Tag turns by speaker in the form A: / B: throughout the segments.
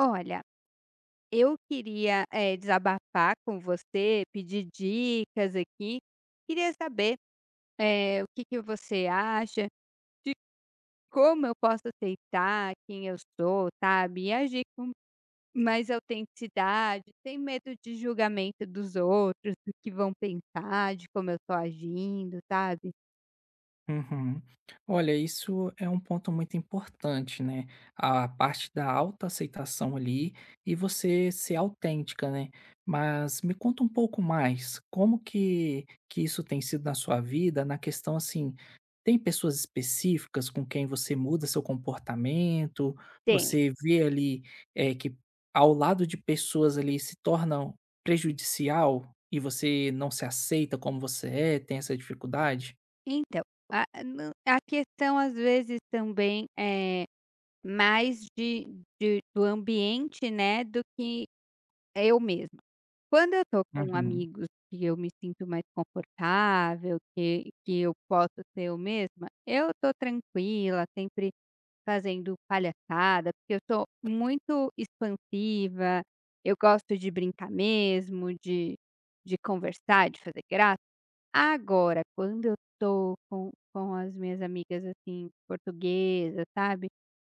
A: Olha, eu queria, desabafar com você, pedir dicas aqui. Queria saber, o que que você acha, como eu posso aceitar quem eu sou, sabe, e agir com mais autenticidade, sem medo de julgamento dos outros, do que vão pensar, de como eu estou agindo, sabe.
B: Uhum. Olha, isso é um ponto muito importante, né? A parte da autoaceitação ali e você ser autêntica, né? Mas me conta um pouco mais, como que isso tem sido na sua vida, na questão assim, tem pessoas específicas com quem você muda seu comportamento,
A: Tem.
B: você vê ali é, que ao lado de pessoas ali se tornam prejudicial e você não se aceita como você é, tem essa dificuldade?
A: Então, a questão às vezes também é mais de do ambiente, né, do que eu mesma. Quando eu tô com
B: Uhum.
A: amigos que eu me sinto mais confortável, que eu posso ser eu mesma, eu tô tranquila, sempre fazendo palhaçada, porque eu sou muito expansiva, eu gosto de brincar mesmo, de conversar, de fazer graça. Agora, quando eu tô com as minhas amigas, assim, portuguesas, sabe,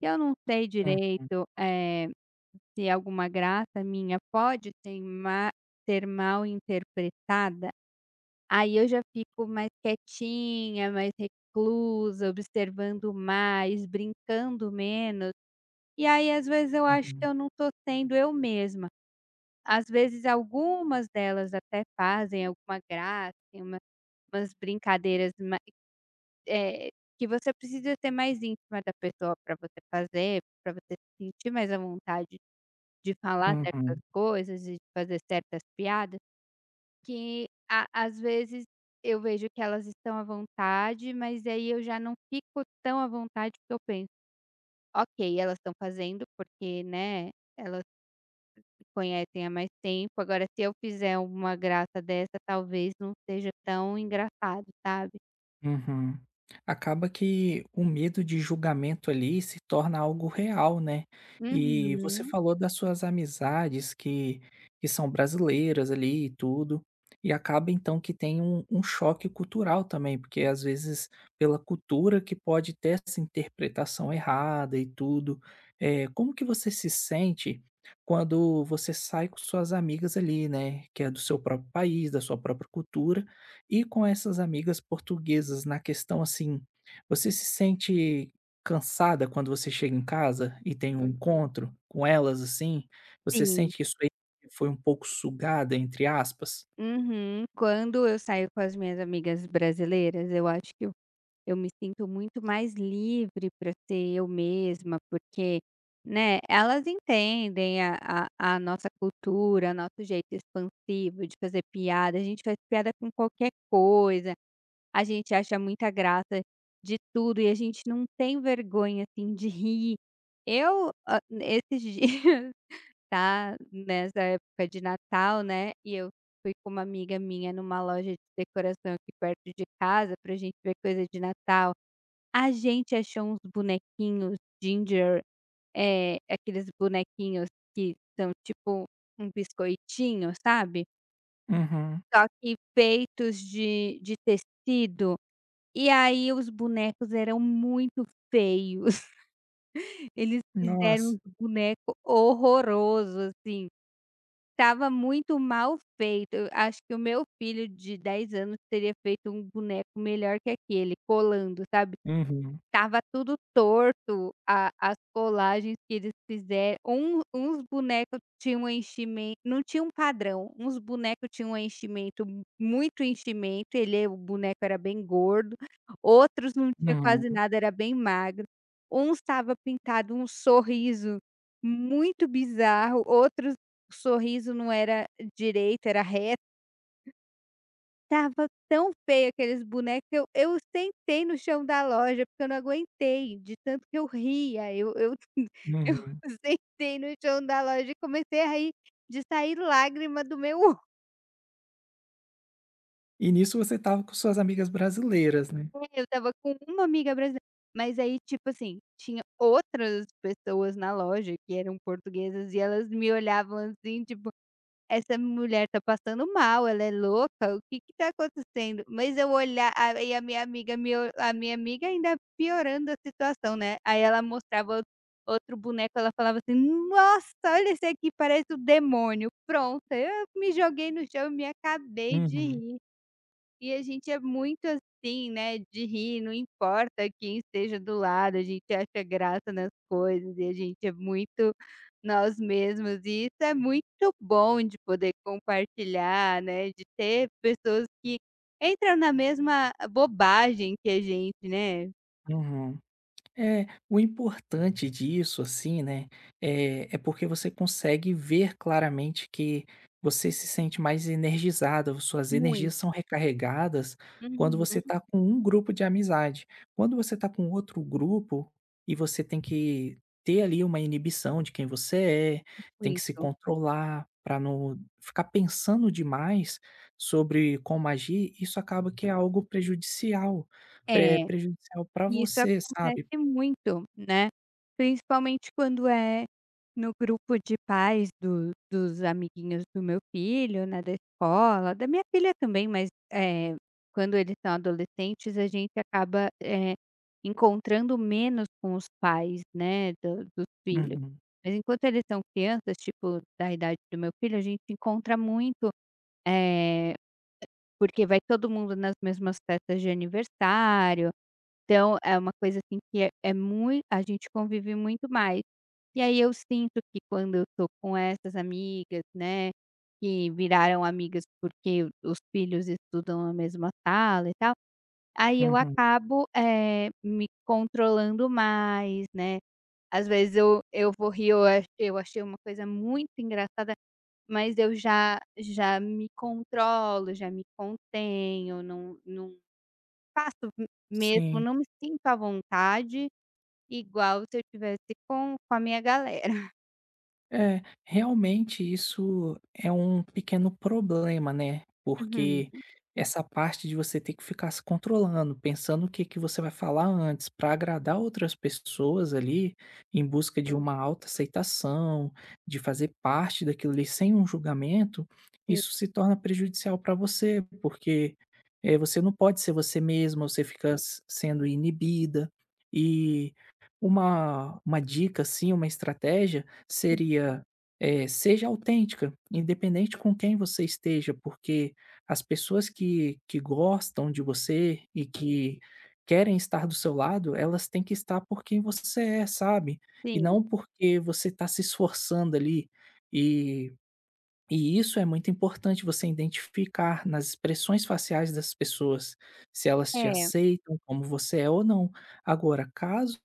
A: eu não sei
B: Uhum,
A: direito, se alguma graça minha pode ter ma ser mal interpretada, aí eu já fico mais quietinha, mais reclusa, observando mais, brincando menos, e aí às vezes eu acho que
B: uhum,
A: eu não estou sendo eu mesma. Às vezes algumas delas até fazem alguma graça, tem uma umas brincadeiras ma eh, que você precisa ser mais íntima da pessoa para você fazer, para você se sentir mais à vontade. De falar certas
B: uhum,
A: coisas e de fazer certas piadas, que a às vezes eu vejo que elas estão à vontade, mas aí eu já não fico tão à vontade, porque eu penso: "Ok, elas estão fazendo porque, né, elas se conhecem há mais tempo, agora se eu fizer uma graça dessa talvez não seja tão engraçado", sabe.
B: uhum. Acaba que o medo de julgamento ali se torna algo real, né. E você
A: Uhum,
B: falou das suas amizades que são brasileiras ali e tudo, e acaba então que tem um choque cultural também, porque às vezes pela cultura que pode ter essa interpretação errada e tudo. É como que você se sente quando você sai com suas amigas ali, né, que é do seu próprio país, da sua própria cultura, e com essas amigas portuguesas na questão, assim, você se sente cansada quando você chega em casa e tem um encontro com elas, assim? Você
A: sim.
B: sente que isso aí foi um pouco "sugada", entre aspas?
A: Uhum. Quando eu saio com as minhas amigas brasileiras, eu acho que eu me sinto muito mais livre para ser eu mesma, porque, né, elas entendem a nossa cultura, nosso jeito expansivo de fazer piada, a gente faz piada com qualquer coisa, a gente acha muita graça de tudo e a gente não tem vergonha, assim, de rir. Eu, esses dias, tá, nessa época de Natal, né, e eu fui com uma amiga minha numa loja de decoração aqui perto de casa pra gente ver coisa de Natal. A gente achou uns bonequinhos ginger, aqueles bonequinhos que são tipo um biscoitinho, sabe,
B: Uhum.
A: só que feitos de tecido, e aí os bonecos eram muito feios, eles fizeram
B: Nossa.
A: um boneco horroroso, assim. Tava muito mal feito, eu acho que o meu filho de 10 anos teria feito um boneco melhor que aquele, colando, sabe.
B: Uhum.
A: Estava tudo torto, a as colagens que eles fizeram, uns bonecos tinham um enchimen não tinha um padrão, uns bonecos tinham um enchimento muito enchimento, ele o boneco era bem gordo, outros não tinha quase
B: Uhum.
A: nada, era bem magro, uns estava pintado um sorriso muito bizarro, outros o sorriso não era direito, era reto. Tava tão feio aqueles bonecos que eu sentei no chão da loja, porque eu não aguentei de tanto que eu ria, eu eu
B: Uhum.
A: sentei no chão da loja e comecei a rir, de sair lágrima do meu
B: E nisso você estava com suas amigas brasileiras, né?
A: olho. Eu tava com uma amiga brasileira, mas aí, tipo assim, tinha outras pessoas na loja que eram portuguesas e elas me olhavam assim, tipo essa mulher tá passando mal, ela é louca, o que que tá acontecendo? Mas eu olhar a- e a minha amiga me o a minha amiga ainda piorando a situação, né, aí ela mostrava outro boneco, ela falava assim: "Nossa, olha esse aqui, parece o demônio", pronto, eu me joguei no chão e me acabei de
B: Uhum.
A: rir. E a gente é muito assim, né, de rir, não importa quem esteja do lado, a gente acha graça nas coisas e a gente é muito nós mesmos. E isso é muito bom de poder compartilhar, né, de ter pessoas que entram na mesma bobagem que a gente, né.
B: Uhum. É, o importante disso, assim, né, é porque você consegue ver claramente que você se sente mais energizado, suas
A: Muito.
B: energias são recarregadas quando você
A: Uhum,
B: está com um grupo de amizade. Quando você está com outro grupo e você tem que ter ali uma inibição de quem você é, tem que se
A: muito.
B: controlar para não ficar pensando demais sobre como agir, isso acaba que é algo
A: É.
B: prejudicial para
A: E isso
B: você, sabe?
A: acontece muito, né, principalmente quando é no grupo de pais do dos amiguinhos do meu filho, né, da escola, da minha filha também, mas, quando eles são adolescentes, a gente acaba, encontrando menos com os pais, né, do dos filhos.
B: Uhum,
A: Mas enquanto eles são crianças, tipo, da idade do meu filho, a gente encontra muito, eh, porque vai todo mundo nas mesmas festas de aniversário. Então é uma coisa, assim, que é é mui a gente convive muito mais. E aí eu sinto que quando eu tô com essas amigas, né, que viraram amigas porque os filhos estudam na mesma sala e tal, aí eu
B: uhum.
A: acabo, me controlando mais, né. Às vezes eu vou rir, eu achei uma coisa muito engraçada, mas eu já me controlo, já me contenho, não faço m mesmo,
B: Sim.
A: não me sinto à vontade, igual se eu estivesse com a minha galera.
B: É, realmente isso é um pequeno problema, né,
A: Uhum.
B: porque essa parte de você ter que ficar se controlando, pensando o que que você vai falar antes para agradar outras pessoas ali, em busca de uma autoaceitação, de fazer parte daquilo ali sem um julgamento,
A: Sim.
B: isso se torna prejudicial para você, porque, você não pode ser você mesma, você fica s sendo inibida. E uma dica, assim, uma estratégia seria, seja autêntica, independente com quem você esteja, porque as pessoas que gostam de você e que querem estar do seu lado, elas têm que estar por quem você é, sabe? E
A: Sim.
B: não porque você está se esforçando ali, e e isso é muito importante você identificar nas expressões faciais das pessoas, se elas te
A: É,
B: aceitam como você é ou não. Agora, caso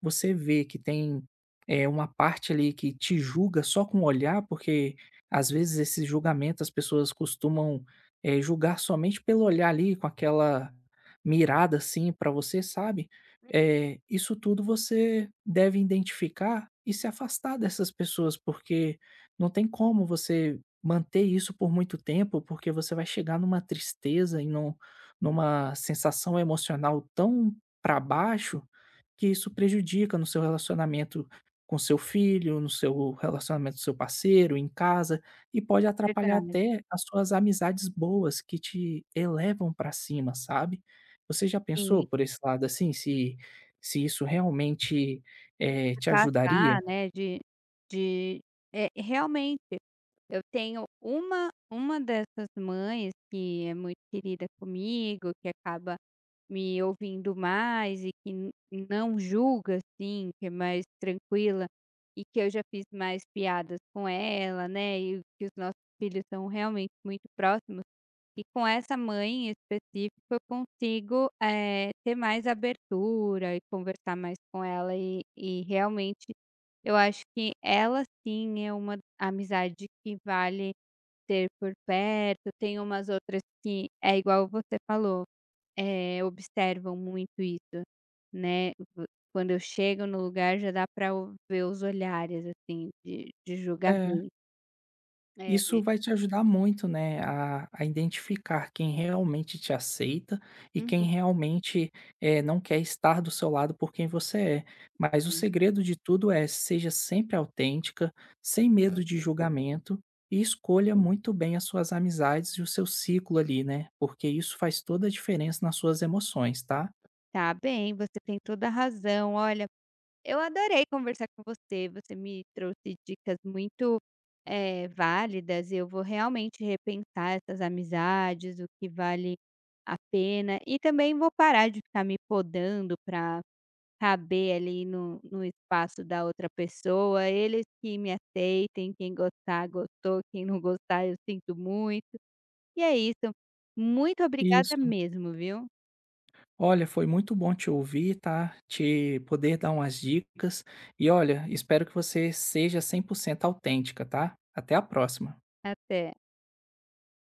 B: você vê que tem, uma parte ali que te julga só com o olhar, porque às vezes esse julgamento as pessoas costumam, julgar somente pelo olhar ali, com aquela mirada assim para você, sabe? É isso tudo você deve identificar e se afastar dessas pessoas, porque não tem como você manter isso por muito tempo, porque você vai chegar numa tristeza e numa sensação emocional tão para baixo, que isso prejudica no seu relacionamento com seu filho, no seu relacionamento com seu parceiro, em casa, e pode atrapalhar
A: verdade.
B: até as suas amizades boas que te elevam para cima, sabe. Você já
A: Sim,
B: pensou por esse lado, assim, se isso realmente,
A: de
B: te ajudaria?
A: passar, né, de é, realmente eu tenho uma dessas mães que é muito querida comigo, que acaba me ouvindo mais e que n não julga, assim, que é mais tranquila, e que eu já fiz mais piadas com ela, né, e que os nossos filhos são realmente muito próximos. E com essa mãe em específico eu consigo, ter mais abertura e conversar mais com ela e realmente eu acho que ela sim é uma amizade que vale ter por perto. Tem umas outras que é igual você falou, observam muito isso, né. Vo Quando eu chego no lugar já dá para ver os olhares, assim, de
B: É.
A: julgamento. É.
B: Isso vai te ajudar muito, né, a identificar quem realmente te aceita e quem
A: Uhum.
B: realmente, não quer estar do seu lado por quem você é. Mas o segredo de tudo é: seja sempre autêntica, sem medo de julgamento e escolha muito bem as suas amizades e o seu ciclo ali, né, porque isso faz toda a diferença nas suas emoções, tá?
A: Tá bem, você tem toda a razão. Olha, eu adorei conversar com você. Você me trouxe dicas muito, válidas. Eu vou realmente repensar essas amizades, o que vale a pena. E também vou parar de ficar me podando para caber ali no espaço da outra pessoa. Eles que me aceitem, quem gostar, gostou, quem não gostar, eu sinto muito. E é isso. Muito obrigada
B: Isso.
A: mesmo, viu?
B: Olha, foi muito bom te ouvir, tá? Te poder dar umas dicas. E olha, espero que você seja 100% autêntica, tá? Até a próxima.
A: Até.